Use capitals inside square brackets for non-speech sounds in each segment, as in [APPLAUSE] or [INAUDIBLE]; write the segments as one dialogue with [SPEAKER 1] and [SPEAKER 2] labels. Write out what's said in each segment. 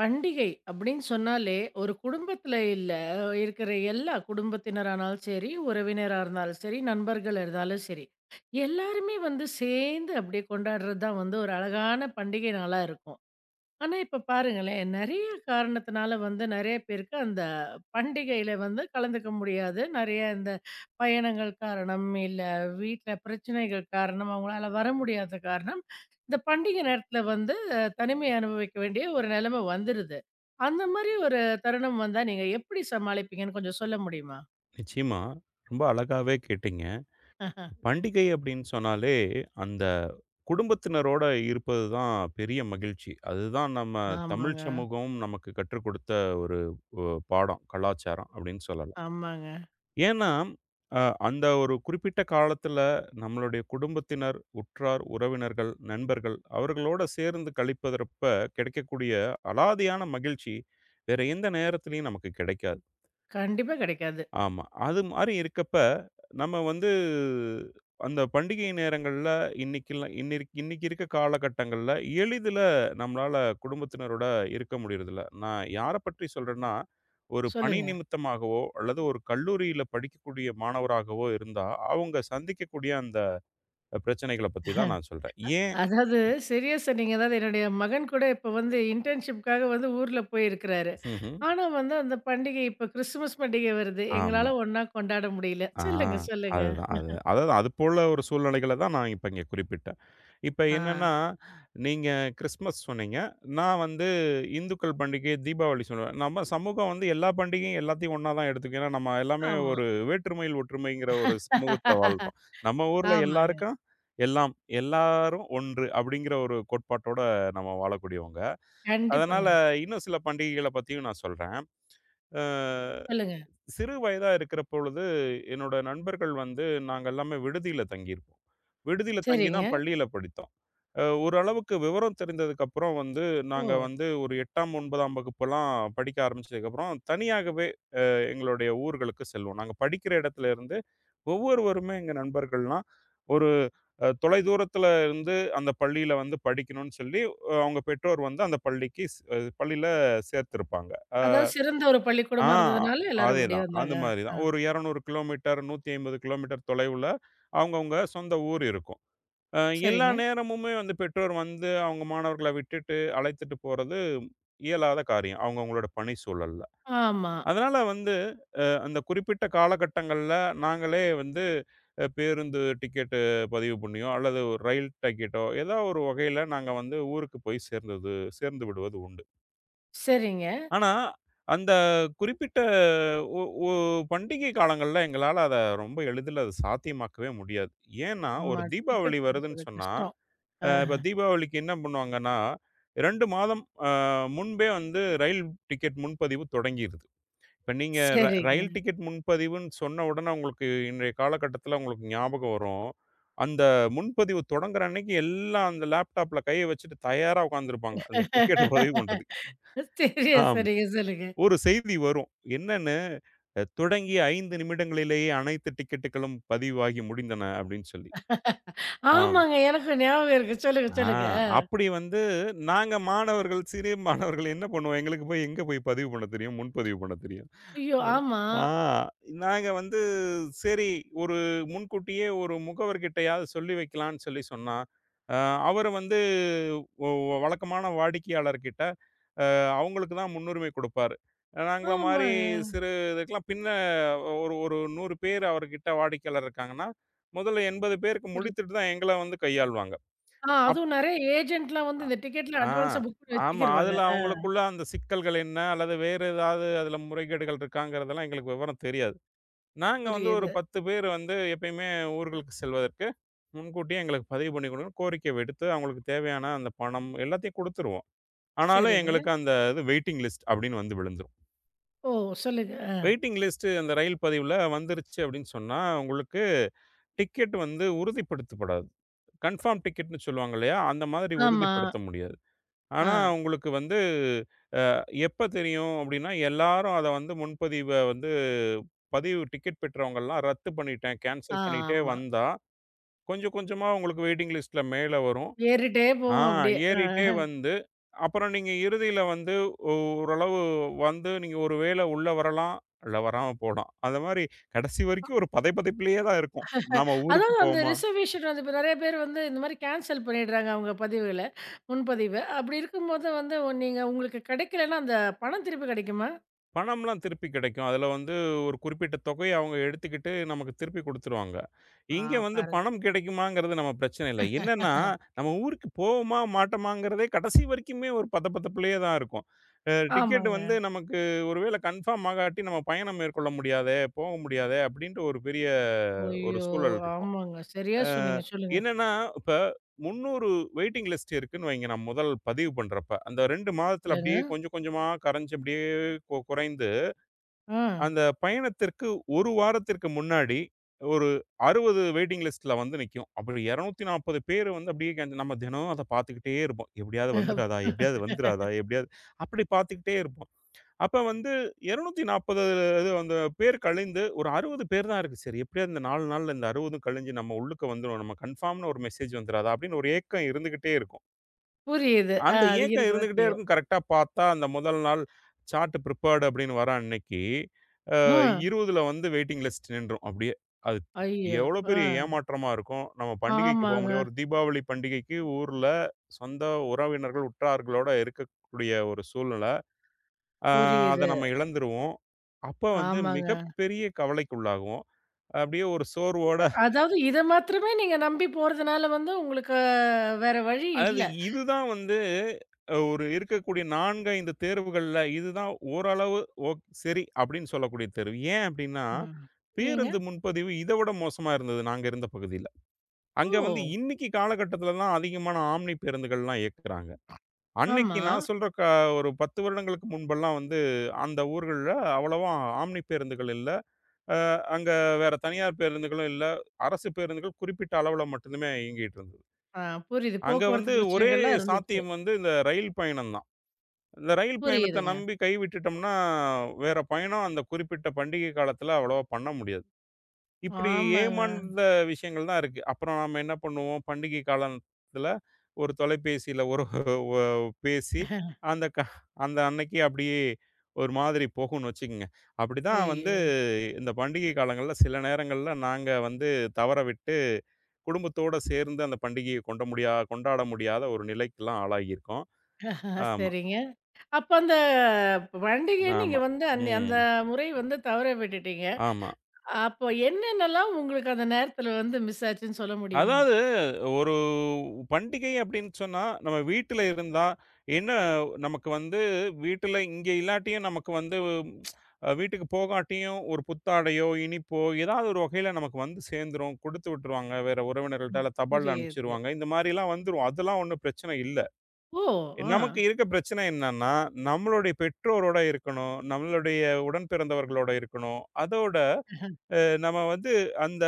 [SPEAKER 1] பண்டிகை அப்படின்னு சொன்னாலே, ஒரு குடும்பத்தில இல்ல, இருக்கிற எல்லா குடும்பத்தினரானாலும் சரி, உறவினரா இருந்தாலும் சரி, நண்பர்கள் இருந்தாலும் சரி, எல்லாருமே வந்து சேர்ந்து அப்படியே கொண்டாடுறது தான் வந்து ஒரு அழகான பண்டிகை நாளா இருக்கும். ஆனா, இப்ப பாருங்களேன், நெறைய காரணத்தினால வந்து நெறைய பேருக்கு அந்த பண்டிகையில வந்து கலந்துக்க முடியாது. நெறைய இந்த பயணங்கள் காரணம், இல்ல வீட்ல பிரச்சனைகள் காரணம், அவங்களால வர முடியாத காரணம், இந்த பண்டிகை நேரத்தில வந்து தனிமை அனுபவிக்க வேண்டிய ஒரு நிலைமை வந்துருது. அந்த மாரி ஒரு தருணம் வந்தா நீங்க எப்படி சமாளிப்பீங்கன்னு கொஞ்சம் சொல்ல முடியுமா?
[SPEAKER 2] நிச்சயமா. ரொம்ப அழகாவே கேட்டீங்க.
[SPEAKER 1] [LAUGHS]
[SPEAKER 2] பண்டிகை அப்படின்னு சொன்னாலே, அந்த குடும்பத்தினரோட இருப்பது தான் பெரிய மகிழ்ச்சி. அதுதான் நம்ம தமிழ்
[SPEAKER 1] ஆமாங்க,
[SPEAKER 2] சமூகம் நமக்கு கற்றுக் கொடுத்த ஒரு ஒ பாடம், கலாச்சாரம் அப்படின்னு சொல்லலாம்.
[SPEAKER 1] ஆமாங்க.
[SPEAKER 2] ஏன்னா, அ அந்த ஒரு குறிப்பிட்ட காலத்தில நம்மளுடைய குடும்பத்தினர், உற்றார், உறவினர்கள், நண்பர்கள் அவர்களோட சேர்ந்து கழிப்பதற்ப கிடைக்கக்கூடிய அலாதியான மகிழ்ச்சி, வேற எந்த நேரத்திலயும் நமக்கு கிடைக்காது.
[SPEAKER 1] கண்டிப்பா கிடைக்காது.
[SPEAKER 2] ஆமா. அது மாரி இருக்கப்ப, நம்ம வந்து அந்த பண்டிகை நேரங்கள்ல இன்னைக்கெல்லாம் இன்னிக்கு இன்னைக்கு இருக்க காலகட்டங்கள்ல எளிதில நம்மளால குடும்பத்தினரோட இருக்க முடியறதில்ல. நான் யார பற்றி சொல்றேன்னா, ஒரு பணி
[SPEAKER 1] சொல்லுங்க.
[SPEAKER 2] நிமித்தமாகவோ, அல்லது ஒரு கல்லூரியில படிக்கக்கூடிய மாணவராகவோ இருந்தா, அவங்க சந்திக்கக்கூடிய அந்த பிரச்சனைகள பத்தி தான் நான் சொல்றேன். ஏன்
[SPEAKER 1] அதாவது, சரியா சொன்னீங்க. அதாவது என்னுடைய மகன் கூட இப்ப வந்து இன்டர்ன்ஷிப்காக வந்து ஊர்ல போயிருக்கிறாரு.
[SPEAKER 2] ம்ஹ்ம்.
[SPEAKER 1] ஆனா வந்து அந்த பண்டிகை இப்ப கிறிஸ்துமஸ் பண்டிகை வருது.
[SPEAKER 2] ஆமா.
[SPEAKER 1] எங்களால ஒண்ணா கொண்டாட முடியல.
[SPEAKER 2] ஆ.
[SPEAKER 1] சொல்லுங்க, சொல்லுங்க.
[SPEAKER 2] அதுதான். அதாவது அது போல ஒரு சூழ்நிலைகள தான் நான் இப்ப இங்க குறிப்பிட்டேன். இப்ப
[SPEAKER 1] ஆ,
[SPEAKER 2] என்னன்னா, நீங்க கிறிஸ்மஸ் சொன்னீங்க. நான் வந்து இந்துக்கள் பண்டிகை, தீபாவளி சொல்லுவேன். நம்ம சமூகம் வந்து எல்லா பண்டிகையும் எல்லாத்தையும் ஒண்ணா தான் எடுத்துக்கும். ஏன்னா, நம்ம எல்லாமே
[SPEAKER 1] ஆமா.
[SPEAKER 2] ஒரு வேற்றுமையில் ஒற்றுமைங்கிற ஒரு சமூகத்தில வாழ்றோம். நம்ம ஊர்ல
[SPEAKER 1] ஆமாங்க.
[SPEAKER 2] எல்லாருக்கும் எல்லாம், எல்லாரும் ஒன்று அப்படிங்கிற ஒரு கோட்பாட்டோட நம்ம வாழக்கூடியவங்க. அதனால
[SPEAKER 1] கண்டிப்பாங்க.
[SPEAKER 2] இன்னும் சில பண்டிகைகள பத்தியும் நான் சொல்றேன். அ
[SPEAKER 1] சொல்லுங்க.
[SPEAKER 2] சிறு வயதா இருக்கிற பொழுது, என்னோட நண்பர்கள் வந்து நாங்க எல்லாமே விடுதியில தங்கியிருப்போம். விடுதியில தங்கி
[SPEAKER 1] சரிங்க.
[SPEAKER 2] தான் பள்ளியில படித்தோம். ஓரளவுக்கு விவரம் தெரிந்ததுக்கப்புறம் வந்து,
[SPEAKER 1] ஓ!
[SPEAKER 2] நாங்க வந்து ஒரு 8ஆம், 9ஆம் வகுப்பெல்லாம் படிக்க ஆரம்பிச்சதுக்கப்புறம், தனியாகவே எங்களுடைய ஊர்களுக்கு செல்வோம். நாங்க படிக்கிற இடத்துல இருந்து ஒவ்வொருவருமே எங்க நண்பர்கள்லாம், ஒரு தொலைதூரத்துல இருந்து அந்த பள்ளியில வந்து படிக்கணும்னு சொல்லி, அவங்க பெற்றோர் வந்து அந்த பள்ளிக்கு பள்ளியில சேர்த்திருப்பாங்க.
[SPEAKER 1] அதாவது சிறந்த ஒரு
[SPEAKER 2] ஆ,
[SPEAKER 1] பள்ளிக்கூடமா இருந்ததுனால எல்லாரும் அப்படி
[SPEAKER 2] அதேதான். அந்த
[SPEAKER 1] வந்தாங்க.
[SPEAKER 2] மாரி
[SPEAKER 1] ஆ,
[SPEAKER 2] தான். ஒரு 200 கிலோமீட்டர், 150 கிலோமீட்டர் தொலைவுல அவங்கவங்க சொந்த ஊர் இருக்கும். அ எல்லா
[SPEAKER 1] சரிங்க.
[SPEAKER 2] நேரமுமே வந்து பெற்றோர் வந்து அவங்க மாணவர்கள விட்டுட்டு, அழைத்துட்டு போறது இயலாத காரியம். அவங்கவங்களோட பணி சூழல்ல.
[SPEAKER 1] ஆமா.
[SPEAKER 2] அதனால வந்து அந்த குறிப்பிட்ட காலகட்டங்கள்ல நாங்களே வந்து பேருந்து டிக்கெட்டு பதிவு பண்ணியோ, அல்லது ஒரு ரயில் டிக்கெட்டோ ஏதோ ஒரு வகையில நாங்க வந்து ஊருக்கு போய் சேர்ந்து விடுவது உண்டு.
[SPEAKER 1] சரிங்க.
[SPEAKER 2] ஆனா, அந்த குறிப்பிட்ட ஒ ஒ பண்டிகை காலங்கள்ல எங்களால அத ரொம்ப எளிதில அத சாத்தியமாக்கவே முடியாது. ஏன்னா, ஒரு
[SPEAKER 1] ஆமா.
[SPEAKER 2] தீபாவளி
[SPEAKER 1] டிக்கெட்
[SPEAKER 2] வருதுன்னு
[SPEAKER 1] கிடைக்கிறது
[SPEAKER 2] சொன்னா,
[SPEAKER 1] கஷ்டம். ஆ,
[SPEAKER 2] இப்ப தீபாவளிக்கு என்ன பண்ணுவாங்கன்னா, 2 மாதம் முன்பே வந்து ரயில் டிக்கெட் முன்பதிவு தொடங்கிருது. இப்ப நீங்க
[SPEAKER 1] சரிங்க.
[SPEAKER 2] ரயில் டிக்கெட் முன்பதிவுன்னு சொன்ன உடனே உங்களுக்கு இன்றைய காலகட்டத்தில உங்களுக்கு ஞாபகம் வரும். அந்த முன்பதிவு தொடங்குற அன்னைக்கு எல்லாம் அந்த லேப்டாப்ல கைய வச்சுட்டு தயாரா உட்கார்ந்திருப்பாங்க. அந்த டிக்கெட்ட பதிவு பண்றதுக்கு.
[SPEAKER 1] சரிங்க,
[SPEAKER 2] ஆமா.
[SPEAKER 1] சரிங்க. சொல்லுங்க.
[SPEAKER 2] ஒரு செய்தி வரும். என்னன்னு, தொடங்கிய 5 நிமிடங்களிலேயே அனைத்து டிக்கெட்டுகளும் பதிவாகி முடிந்தன" அப்படின்னு சொல்லி. ஆம்.
[SPEAKER 1] ஆமாங்க. எனக்கும் ஞாபகம் இருக்கு. சொல்லுங்க,
[SPEAKER 2] ஆ
[SPEAKER 1] சொல்லுங்க.
[SPEAKER 2] அப்படி வந்து நாங்க மாணவர்கள், சிறிய மாணவர்கள் என்ன பண்ணுவோம்? எங்களுக்கு போய் எங்க போய் பதிவு பண்ண தெரியும்? முன்பதிவு பண்ண தெரியும்.
[SPEAKER 1] ஐயோ!
[SPEAKER 2] ஓ.
[SPEAKER 1] ஆமா.
[SPEAKER 2] ஆ நாங்க வந்து சரி ஒரு முன்கூட்டியே ஒரு முகவர்கிட்டயாவது சொல்லி வைக்கலான்னு சொல்லி சொன்னா, அ அவரு வந்து ஒ ஒ- வழக்கமான வாடிக்கையாளர்கிட்ட அவங்களுக்கு தான் முன்னுரிமை கொடுப்பாரு. நாங்கள மாரி
[SPEAKER 1] ஆமாங்க.
[SPEAKER 2] சிறு இதுக்கெல்லாம் பின்ன ஒரு ஒரு 100 பேர் அவர்கிட்ட வாடிக்கையாளர் இருக்காங்கன்னா, முதல்ல 80 பேருக்கு
[SPEAKER 1] புரியுது.
[SPEAKER 2] முடித்துட்டு தான் எங்கள வந்து கையாள்வாங்க.
[SPEAKER 1] ஆ
[SPEAKER 2] அப்
[SPEAKER 1] அதுவும் நெறைய ஏஜென்ட்லாம் வந்து இந்த டிக்கெட்லாம்
[SPEAKER 2] ஆ.
[SPEAKER 1] அட்வான்ஸா புக் பண்ணி
[SPEAKER 2] ஆமா.
[SPEAKER 1] வச்சுக்கிருவாங்க.
[SPEAKER 2] அதுல
[SPEAKER 1] ஆ
[SPEAKER 2] அவங்களுக்குள்ள அந்த சிக்கல்கள் என்ன? அல்லது வேறு ஏதாவது அதுல முறைகேடுகள் இருக்காங்கிறதெல்லாம் எங்களுக்கு விவரம் தெரியாது. நாங்க வந்து ஒரு
[SPEAKER 1] புரியுது.
[SPEAKER 2] 10 பேர் வந்து எப்பயுமே ஊர்களுக்கு செல்வதற்கு முன்கூட்டியே எங்களுக்கு பதிவு பண்ணி குடுங்க. கோரிக்கை விடுத்து அவங்களுக்கு தேவையான அந்த பணம் எல்லாத்தையும் குடுத்துருவோம். ஆனாலும்
[SPEAKER 1] சரிங்க.
[SPEAKER 2] எங்களுக்கு அந்த இது வெயிட்டிங் லிஸ்ட் அப்படின்னு வந்து விழுந்துரும்.
[SPEAKER 1] ஓ! சொல்லுங்க.
[SPEAKER 2] வெயிட்டிங் லிஸ்ட் அந்த ரயில் பதிவுல வந்துருச்சு அப்படின்னு சொன்னா, உங்களுக்கு டிக்கெட் வந்து உறுதிப்படுத்தப்படாது. கன்ஃபார்ம் டிக்கெட்ன்னு சொல்லுவாங்க இல்லையா? அந்த மாதிரி
[SPEAKER 1] ஆமா.
[SPEAKER 2] உறுதிப்படுத்த முடியாது.
[SPEAKER 1] ஆ.
[SPEAKER 2] ஆனா, உங்களுக்கு வந்து எப்ப தெரியும் அப்படின்னா, எல்லாரும் அத வந்து முன்பதிவ வந்து பதிவு டிக்கெட் பெற்றவங்கலாம் ரத்து பண்ணிட்டேன்,
[SPEAKER 1] ஆ
[SPEAKER 2] கேன்சல் பண்ணிட்டே
[SPEAKER 1] ஆமா.
[SPEAKER 2] வந்தா, கொஞ்சம் கொஞ்சமா உங்களுக்கு வெயிட்டிங் லிஸ்ட்ல மேல வரும்.
[SPEAKER 1] ஏறிட்டே
[SPEAKER 2] ஆ
[SPEAKER 1] போவோம் அப்படியே.
[SPEAKER 2] ஏறிட்டே
[SPEAKER 1] ஆ.
[SPEAKER 2] வந்து, அப்புறம் நீங்க இறுதியில வந்து ஓரளவு வந்து நீங்க ஒரு வேள உள்ள வரலாம், இல்ல வராம போலாம். அந்த மாரி கடைசி வரைக்கும் ஒரு பதை பதைப்பிலேயே தான் இருக்கும். நாம ஊருக்கு
[SPEAKER 1] அதாவது அந்த
[SPEAKER 2] போவோமா?
[SPEAKER 1] ரிசர்வேஷன் வந்து இப்ப நெறைய பேர் வந்து இந்த மாரி கேன்சல் பண்ணிடுறாங்க அவங்க பதிவுகள, முன்பதிவ. அப்படி இருக்கும்போது வந்து நீங்க உங்களுக்கு கிடைக்கலன்னா அந்த பணம் திருப்பி கிடைக்குமா?
[SPEAKER 2] பணம்லாம் திருப்பி கிடைக்கும். அதுல வந்து ஒரு குறிப்பிட்ட தொகைய அவங்க எடுத்துக்கிட்டு நமக்கு திருப்பி குடுத்துருவாங்க.
[SPEAKER 1] ஆ
[SPEAKER 2] இங்க வந்து
[SPEAKER 1] பாருங்க.
[SPEAKER 2] பணம் கிடைக்குமாங்கிறது நம்ம பிரச்சனை இல்ல. என்னன்னா, நம்ம ஊருக்கு போவோமா, மாட்டோமாங்கிறதே கடைசி வரைக்குமே ஒரு பதபதப்புலயே தான் இருக்கும். டிக்கெட்
[SPEAKER 1] ஆமாங்க.
[SPEAKER 2] வந்து நமக்கு ஒருவேள கன்ஃபார்ம் ஆகாட்டி நம்ம பயணம் மேற்கொள்ள முடியாதே, போக முடியாதே அப்படின்ற ஒரு பெரிய ஒரு
[SPEAKER 1] ஐயோ!
[SPEAKER 2] சூழல் இருக்கும்.
[SPEAKER 1] ஆமாங்க. சரியா
[SPEAKER 2] அ
[SPEAKER 1] சொன்னீங்க. சொல்லுங்க.
[SPEAKER 2] என்னன்னா, இப்ப 300 வெயிட்டிங் லிஸ்ட் இருக்குன்னு வைங்க நான் முதல் பதிவு பண்றப்ப. அந்த 2 மாதத்துல
[SPEAKER 1] சொல்லுங்க.
[SPEAKER 2] அப்படியே கொஞ்சம் கொஞ்சமா கரைஞ்சு அப்படியே குறைந்து
[SPEAKER 1] ஆ.
[SPEAKER 2] அந்த பயணத்திற்கு 1 வாரத்திற்கு முன்னாடி, ஒரு 60 வெயிட்டிங் லிஸ்ட்ல வந்து நிக்கும். அப்படி 240 பேர் வந்து அப்படியே நம்ம தினம் அத பார்த்துக்கிட்டே இருப்போம். எப்படியாவது வந்துராதா? எப்படியாவது வந்துராதா? எப்படியாவது அப்படி பார்த்துக்கிட்டே இருப்போம். அப்ப வந்து 240 இது அந்த பேர் கழிந்து ஒரு 60 பேர் தான் இருக்கு. சரி எப்படியாவது இந்த 4 நாள்ல இந்த 60ம் கழிஞ்சு நம்ம உள்ளுக்கு வந்துரும். நம்ம கன்ஃபார்ம்னு ஒரு மெசேஜ் வந்துராதா? அப்படின்னு ஒரு ஏக்கம் இருந்துகிட்டே இருக்கும்.
[SPEAKER 1] புரியுது. ஆ
[SPEAKER 2] அந்த
[SPEAKER 1] அது
[SPEAKER 2] ஏக்கம்
[SPEAKER 1] இருக்கதான்
[SPEAKER 2] இருந்துகிட்டே
[SPEAKER 1] செய்யும்.
[SPEAKER 2] இருக்கும். கரெக்ட்டா பார்த்தா அந்த முதல் நாள் சார்ட் பிரிப்பேர்ட் அப்படின்னு வர அன்னைக்கு
[SPEAKER 1] ஆ.
[SPEAKER 2] 20ல வந்து வெயிட்டிங் லிஸ்ட் நின்றும் அப்படியே. அது
[SPEAKER 1] ஐயோ!
[SPEAKER 2] எவ்வளோ
[SPEAKER 1] ஆ.
[SPEAKER 2] பெரிய ஏமாற்றமா இருக்கும். நம்ம பண்டிகைக்கு போ முடியாது.
[SPEAKER 1] ஆமாங்க.
[SPEAKER 2] ஒரு தீபாவளி பண்டிகைக்கு ஊர்ல சொந்த உறவினர்கள், உற்றார்களோட இருக்கக்கூடிய ஒரு சூழ்நில. அ அத
[SPEAKER 1] புரியுது.
[SPEAKER 2] நம்ம இழந்துருவோம். அப்ப வந்து
[SPEAKER 1] ஆமாங்க.
[SPEAKER 2] மிகப்பெரிய கவலைக்குள்ளாகுவோம். அப்படியே ஒரு சோர்வோட
[SPEAKER 1] அதாவது இத மாத்திரமே நீங்க நம்பி போறதுனால வந்து உங்களுக்கு வேற வழி
[SPEAKER 2] அதாவது
[SPEAKER 1] இல்ல.
[SPEAKER 2] இதுதான் வந்து ஒரு இருக்கக்கூடிய 4, 5 தேர்வுகள்ல இதுதான் ஓரளவு ஓக் சரி அப்படின்னு சொல்லக்கூடிய தேர்வு. ஏன் அப்படின்னா,
[SPEAKER 1] ம். ஏங்க?
[SPEAKER 2] பேருந்து முன்பதிவு இத விட மோசமா இருந்தது நாங்க இருந்த பகுதியில. அங்க வந்து
[SPEAKER 1] ஓ!
[SPEAKER 2] இன்னைக்கு காலகட்டத்துல தான் அதிகமான ஆம்னி பேருந்துகள்லாம் இயக்குறாங்க. அன்னைக்கு
[SPEAKER 1] ஆமா.
[SPEAKER 2] நான் சொல்ற ஒரு 10 வருடங்களுக்கு முன்பெல்லாம் வந்து அந்த ஊர்கள்ல அவ்வளவா ஆம்னி பேருந்துகள் இல்ல. அங்க வேற தனியார் பேருந்துகளும் இல்ல. அரசு பேருந்துகள் குறிப்பிட்ட அளவுல மட்டுமே இயங்கிட்டு இருந்தது.
[SPEAKER 1] ஆ புரியுது.
[SPEAKER 2] அங்க வந்து
[SPEAKER 1] போக்குவரத்து
[SPEAKER 2] ஒரே
[SPEAKER 1] பிரச்சனைகள்லாம் இருந்துச்சு.
[SPEAKER 2] சாத்தியம் வந்து இந்த ரயில் பயணம் தான். இந்த ரயில் பயணத்த
[SPEAKER 1] புரியுதுங்க.
[SPEAKER 2] நம்பி கைவிட்டுட்டோம்னா, வேற பயணம் அந்த குறிப்பிட்ட பண்டிகை காலத்துல அவ்வளவா பண்ண முடியாது. இப்படி
[SPEAKER 1] ஆமாங்க.
[SPEAKER 2] ஏமாந்த விஷயங்கள் தான் இருக்கு. அப்புறம் நாம என்ன பண்ணுவோம், பண்டிகை காலத்துல ஒரு தொலைபேசியில ஒரு [LAUGHS] ஒ பேசி, அந்த அந்த அன்னைக்கு அப்படியே ஒரு மாதிரி போகும்னு வச்சுக்கங்க. அப்படிதான் வந்து
[SPEAKER 1] ஐயோ!
[SPEAKER 2] இந்த பண்டிகை காலங்கள்ல சில நேரங்கள்ல நாங்க வந்து தவற விட்டு, குடும்பத்தோட சேர்ந்து அந்த பண்டிகைய கொண்டாட முடியாத ஒரு நிலைக்கெல்லாம் ஆளாகியிருக்கோம்.
[SPEAKER 1] ஆ
[SPEAKER 2] ஆமா,
[SPEAKER 1] சரிங்க. அப்ப அந்த பண்டிகைய நீங்க
[SPEAKER 2] ஆமா.
[SPEAKER 1] வந்து அந்த
[SPEAKER 2] ம்.
[SPEAKER 1] முறை வந்து தவற விட்டுட்டீங்க.
[SPEAKER 2] ஆமா.
[SPEAKER 1] அப்போ என்னென்னலாம் உங்களுக்கு அந்த நேரத்துல வந்து மிஸ் ஆச்சுன்னு சொல்ல முடியுமா?
[SPEAKER 2] அதாவது ஒரு பண்டிகை அப்டின்னு சொன்னா, நம்ம வீட்ல இருந்தா என்ன நமக்கு வந்து வீட்ல இங்க இல்லாட்டியும் நமக்கு வந்து வீட்டுக்கு போகாட்டியும் ஒரு புத்தாடையோ, இனிப்போ ஏதாவது ஒரு வகையில நமக்கு வந்து சேர்ந்துரும். குடுத்து விட்டுருவாங்க. வேற உறவினர்கள்ட்ட
[SPEAKER 1] ம்.
[SPEAKER 2] இல்ல தபால்ல
[SPEAKER 1] புரியுது.
[SPEAKER 2] அனுப்பிச்சுருவாங்க. இந்த மாரிலாம் வந்துரும். அதெல்லாம் ஒண்ணும் பிரச்சனை இல்ல.
[SPEAKER 1] ஓ! ஆ.
[SPEAKER 2] நமக்கு இருக்க பிரச்சனை என்னன்னா, நம்மளுடைய பெற்றோரோட இருக்கணும். நம்மளுடைய உடன் பிறந்தவர்களோட இருக்கணும். அதோட நம்ம வந்து அந்த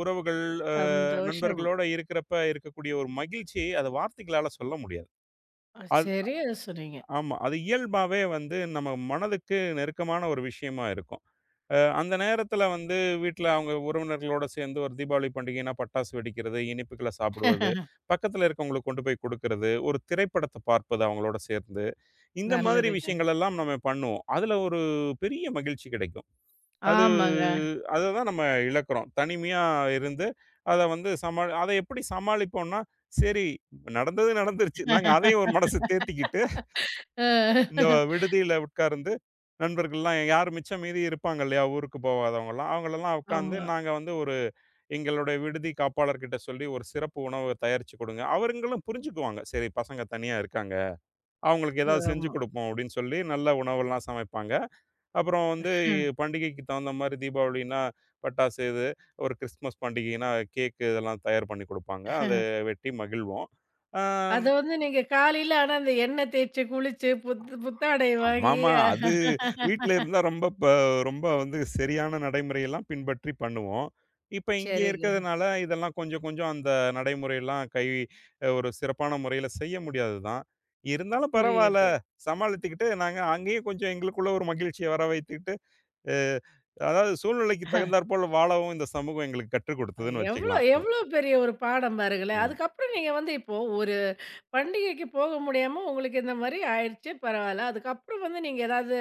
[SPEAKER 2] உறவுகள், அ
[SPEAKER 1] சந்தோஷம்.
[SPEAKER 2] நண்பர்களோட இருக்கிறப்ப இருக்கக்கூடிய ஒரு மகிழ்ச்சி, அத வார்த்தைகளால சொல்ல முடியாது. அது
[SPEAKER 1] சரியா சொன்னீங்க.
[SPEAKER 2] ஆமா. அது இயல்பாவே வந்து நம்ம மனதுக்கு நெருக்கமான ஒரு விஷயமா இருக்கும். அந்த நேரத்தில வந்து வீட்ல அவங்க உறவினர்களோட சேர்ந்து ஒரு தீபாவளி பண்டிகைன்னா பட்டாசு வெடிக்கிறது, இனிப்புகள சாப்பிடுவது, பக்கத்தில இருக்கவங்களுக்கு கொண்டு போய் குடுக்கிறது, ஒரு திரைப்படத்த பார்ப்பது அவங்களோட சேர்ந்து, இந்த மாதிரி
[SPEAKER 1] நல்லதுங்க.
[SPEAKER 2] விஷயங்கள் எல்லாம் நம்ம பண்ணுவோம். அதில ஒரு பெரிய மகிழ்ச்சி கிடைக்கும். அது
[SPEAKER 1] ஆமாங்க.
[SPEAKER 2] அத தான் நம்ம இழக்கிறோம். தனிமையா இருந்து, அத வந்து அத எப்படி சமாளிப்போம்ன்னா, சரி நடந்தது நடந்துருச்சு. நாங்க அதையும் ஒரு மனசு தேத்திக்கிட்டு, இந்த
[SPEAKER 1] அ
[SPEAKER 2] விடுதியில உட்கார்ந்து நண்பர்கள்லாம் யார் மிச்சம் மீதி இருப்பாங்க இல்லையா? ஊருக்கு போகாதவங்கலாம். அவங்களலாம் உட்காந்து
[SPEAKER 1] ஆமா,
[SPEAKER 2] நாங்க வந்து ஒரு எங்களுடைய விடுதி காப்பாளர்கிட்ட சொல்லி ஒரு சிறப்பு உணவு தயாரிச்சு குடுங்க. அவருங்களும் புரிஞ்சுக்குவாங்க. சரி பசங்க தனியா இருக்காங்க. அவங்களுக்கு ஏதாவது செஞ்சு
[SPEAKER 1] ஆமா.
[SPEAKER 2] கொடுப்போம் அப்படின்னு சொல்லி நல்ல உணவெல்லாம் சமைப்பாங்க. அப்புறம் வந்து பண்டிகைக்கு தகுந்த மாரி தீபாவளின்னா பட்டாசு இது, ஒரு கிறிஸ்துமஸ் பண்டிகைன்னா கேக்கு இதெல்லாம் தயார் பண்ணி குடுப்பாங்க. அத வெட்டி மகிழ்வோம். ஆ
[SPEAKER 1] அத வந்து நீங்க காலையில ஆனா அந்த எண்ணெய் தேய்ச்சு, குளிச்சு, புத்தாடை வாங்கி
[SPEAKER 2] ஆமாமா. அது வீட்ல இருந்தா ரொம்ப வந்து சரியான நடைமுறையெல்லாம் பின்பற்றி பண்ணுவோம். இப்ப இங்க
[SPEAKER 1] சரிங்க.
[SPEAKER 2] இருக்கிறதுனால இதெல்லாம் கொஞ்சம் கொஞ்சம் அந்த நடைமுறையெல்லாம் கை ஒரு சிறப்பான முறையில செய்ய முடியாது தான். இருந்தாலும் பரவால்ல.
[SPEAKER 1] புரியுது.
[SPEAKER 2] சமாளித்துக்கிட்டு நாங்க அங்கேயே கொஞ்சம் எங்களுக்குள்ள ஒரு மகிழ்ச்சிய வர வைத்துக்கிட்டு, அ அதாவது சூழ்நிலைக்கு தகுந்தாற்போல வாழவும் இந்த சமூகம் எங்களுக்கு கற்றுக் குடுத்ததுன்னு
[SPEAKER 1] எவ்ளோ
[SPEAKER 2] வச்சுக்கலாம்.
[SPEAKER 1] எவ்ளோ பெரிய ஒரு பாடம் பாருங்களேன்.
[SPEAKER 2] ம்.
[SPEAKER 1] அதுக்கப்புறம் நீங்க வந்து இப்போ ஒரு பண்டிகைக்கு போக முடியாம உங்களுக்கு இந்த மாரி ஆயிடுச்சு, பரவால்ல. அதுக்கப்புறம் வந்து நீங்க ஏதாவது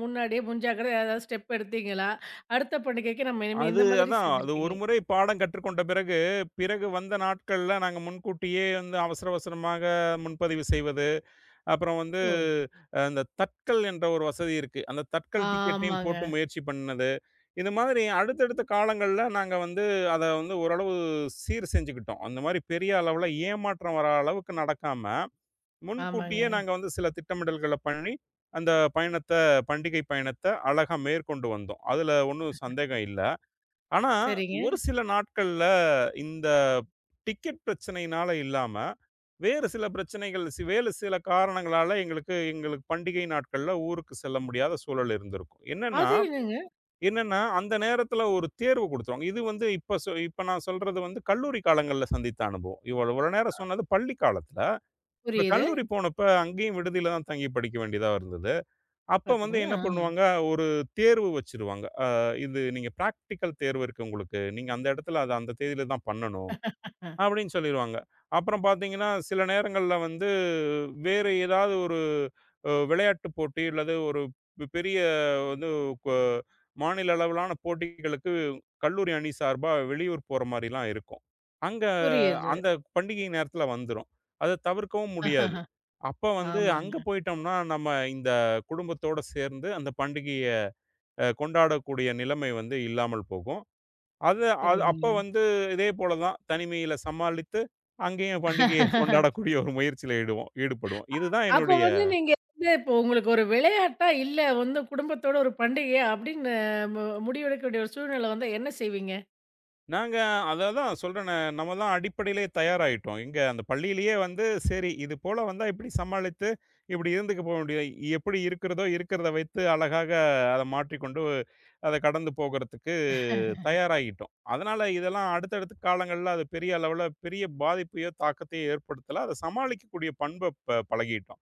[SPEAKER 1] முன்னாடியே முன்ஜாக்கிரதை ஏதாவது ஸ்டெப் எடுத்தீங்களா? அடுத்த பண்டிகைக்கு நம்ம இனிமே
[SPEAKER 2] அது
[SPEAKER 1] இந்த மாதிரி
[SPEAKER 2] அதான். அது ஒரு
[SPEAKER 1] செஞ்சிருக்கீங்களா?
[SPEAKER 2] முறை பாடம் கற்றுக்கொண்ட பிறகு, பிறகு வந்த நாட்கள்ல நாங்க முன்கூட்டியே வந்து அவசர அவசரமாக முன்பதிவு செய்வது. அப்புறம் வந்து
[SPEAKER 1] ஓ!
[SPEAKER 2] இந்த தட்கல் என்ற ஒரு வசதி இருக்கு. அந்த தட்கல் டிக்கெட்டையும்
[SPEAKER 1] ஆமாங்க,
[SPEAKER 2] போட்டு முயற்சி பண்ணது. இந்த மாதிரி அடுத்தடுத்த காலங்கள்ல நாங்க வந்து அத வந்து ஓரளவு சீர் செஞ்சுக்கிட்டோம். அந்த மாரி பெரிய அளவுல ஏமாற்றம் வர அளவுக்கு நடக்காம,
[SPEAKER 1] ஆமாங்க.
[SPEAKER 2] முன்கூட்டியே நாங்க வந்து சில திட்டமிடல்கள பண்ணி, அந்த பயணத்த பண்டிகை பயணத்த அழகா மேற்கொண்டு வந்தோம். அதுல ஒண்ணும் சந்தேகம் இல்ல. ஆனா,
[SPEAKER 1] சரிங்க.
[SPEAKER 2] ஒரு சில நாட்கள்ல இந்த டிக்கெட் பிரச்சனையினால இல்லாம, வேறு சில பிரச்சனைகள், வேறு சில காரணங்களால எங்களுக்கு எங்களுக்கு பண்டிகை நாட்கள்ல ஊருக்கு செல்ல முடியாத சூழல் இருந்திருக்கும். என்னன்னா
[SPEAKER 1] அது என்னங்க?
[SPEAKER 2] என்னன்னா அந்த நேரத்துல ஒரு தேர்வு குடுத்துருவாங்க. இது வந்து இப்ப நான் சொல்றது வந்து கல்லூரி காலங்கள்ல சந்தித்த அனுபவம். இவ்வளோ இவ்வளோ நேரம் சொன்னது பள்ளி காலத்துல. இப்ப
[SPEAKER 1] புரியுது.
[SPEAKER 2] கல்லூரி போனப்ப அங்கேயும் விடுதியில தான் தங்கி படிக்க வேண்டியதா இருந்தது. அப்ப வந்து
[SPEAKER 1] பாத்தீங்களா?
[SPEAKER 2] என்ன பண்ணுவாங்க, ஒரு தேர்வு வச்சுருவாங்க. இது நீங்க பிராக்டிகல் தேர்வு இருக்கு உங்களுக்கு. நீங்க அந்த இடத்துல அத அந்த தேதியில தான் பண்ணணும்.
[SPEAKER 1] ஆ,
[SPEAKER 2] அப்படின்னு சொல்லிருவாங்க. அப்புறம் பார்த்தீங்கன்னா, சில நேரங்கள்ல வந்து வேறு ஏதாவது ஒரு விளையாட்டு போட்டி அல்லது ஒரு பெரிய வந்து கொ மாநில அளவிலான போட்டிகளுக்கு கல்லூரி அணி சார்பா வெளியூர் போற மாரிலாம் இருக்கும். அங்க
[SPEAKER 1] புரியுது.
[SPEAKER 2] அந்த பண்டிகை நேரத்தில வந்துரும். அத தவிர்க்கவும் முடியாது. அப்ப வந்து அங்க
[SPEAKER 1] ஆமாங்க.
[SPEAKER 2] போயிட்டோம்னா, நம்ம இந்த குடும்பத்தோட சேர்ந்து அந்த பண்டிகைய கொண்டாடக்கூடிய நிலைமை வந்து இல்லாமல் போகும். அது அது அப்ப
[SPEAKER 1] சரிங்க.
[SPEAKER 2] வந்து இதே போல தான் தனிமையில சமாளித்து, அங்கேயும் பண்டிகையை கொண்டாடக்கூடிய ஒரு முயற்சியில ஈடுபடுவோம். இதுதான்
[SPEAKER 1] அப்போ
[SPEAKER 2] என்னுடைய
[SPEAKER 1] வந்து நீங்க வந்து இப்போ உங்களுக்கு ஒரு விளையாட்டா, இல்ல வந்து குடும்பத்தோட ஒரு பண்டிகையா அப்படின்னு மு முடிவெடுக்க வேண்டிய ஒரு சூழ்நிலை வந்தா என்ன செய்வீங்க?
[SPEAKER 2] நாங்க அததான் சொல்றேனே, நம்ம தான் அடிப்படையிலேயே தயாராயிட்டோம். எங்க அந்த பள்ளியிலேயே வந்து சரி, இது போல வந்தா இப்படி சமாளித்து, இப்படி இருந்துக்க போக முடியாது. எப்படி இருக்கிறதோ இருக்கிறத வைத்து அழகாக அத மாற்றிக்கொண்டு, அத கடந்து போகறதுக்கு தயாராகிட்டோம். அதனால இதெல்லாம் அடுத்தடுத்த காலங்கள்ல அது பெரிய அளவுல பெரிய பாதிப்பையோ, தாக்கத்தையோ ஏற்படுத்தல. அத சமாளிக்கக்கூடிய பண்ப ப பழகிட்டோம்.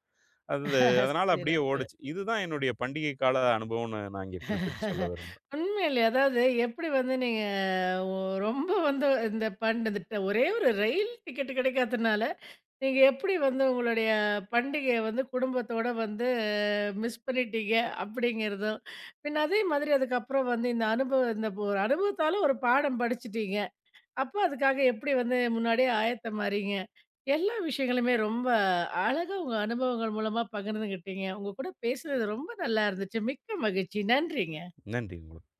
[SPEAKER 2] அது அதனால அப்படியே
[SPEAKER 1] சிறப்பு.
[SPEAKER 2] ஓடுச்சு. இதுதான் என்னுடைய பண்டிகை கால அனுபவம்னு நான் இங்கே குறிப்பிட்டு சொல்ல விரும்புறேன்.
[SPEAKER 1] உண்மையிலே அதாவது எப்படி வந்து நீங்க ஒ ரொம்ப வந்து இந்த இந்த ஒரே ஒரு ரயில் டிக்கெட் கிடைக்காதனால நீங்க எப்படி வந்து உங்களுடைய பண்டிகைய வந்து குடும்பத்தோட வந்து மிஸ் பண்ணிட்டீங்க அப்படிங்கிறதும், பின்ன அதே மாதிரி அதுக்கப்புறம் வந்து இந்த அனுபவம் இந்த ஒரு அனுபவத்தால ஒரு பாடம் படிச்சுட்டீங்க. அப்ப அதுக்காக எப்படி வந்து முன்னாடியே ஆயத்தமாறீங்க? எல்லா விஷயங்களுமே ரொம்ப அழகா உங்க அனுபவங்கள் மூலமா பகிர்ந்துகிட்டீங்க. உங்க கூட பேசுனது ரொம்ப நல்லா இருந்துச்சு. மிக்க மகிழ்ச்சி. நன்றிங்க.
[SPEAKER 2] நன்றி உங்களுக்கு.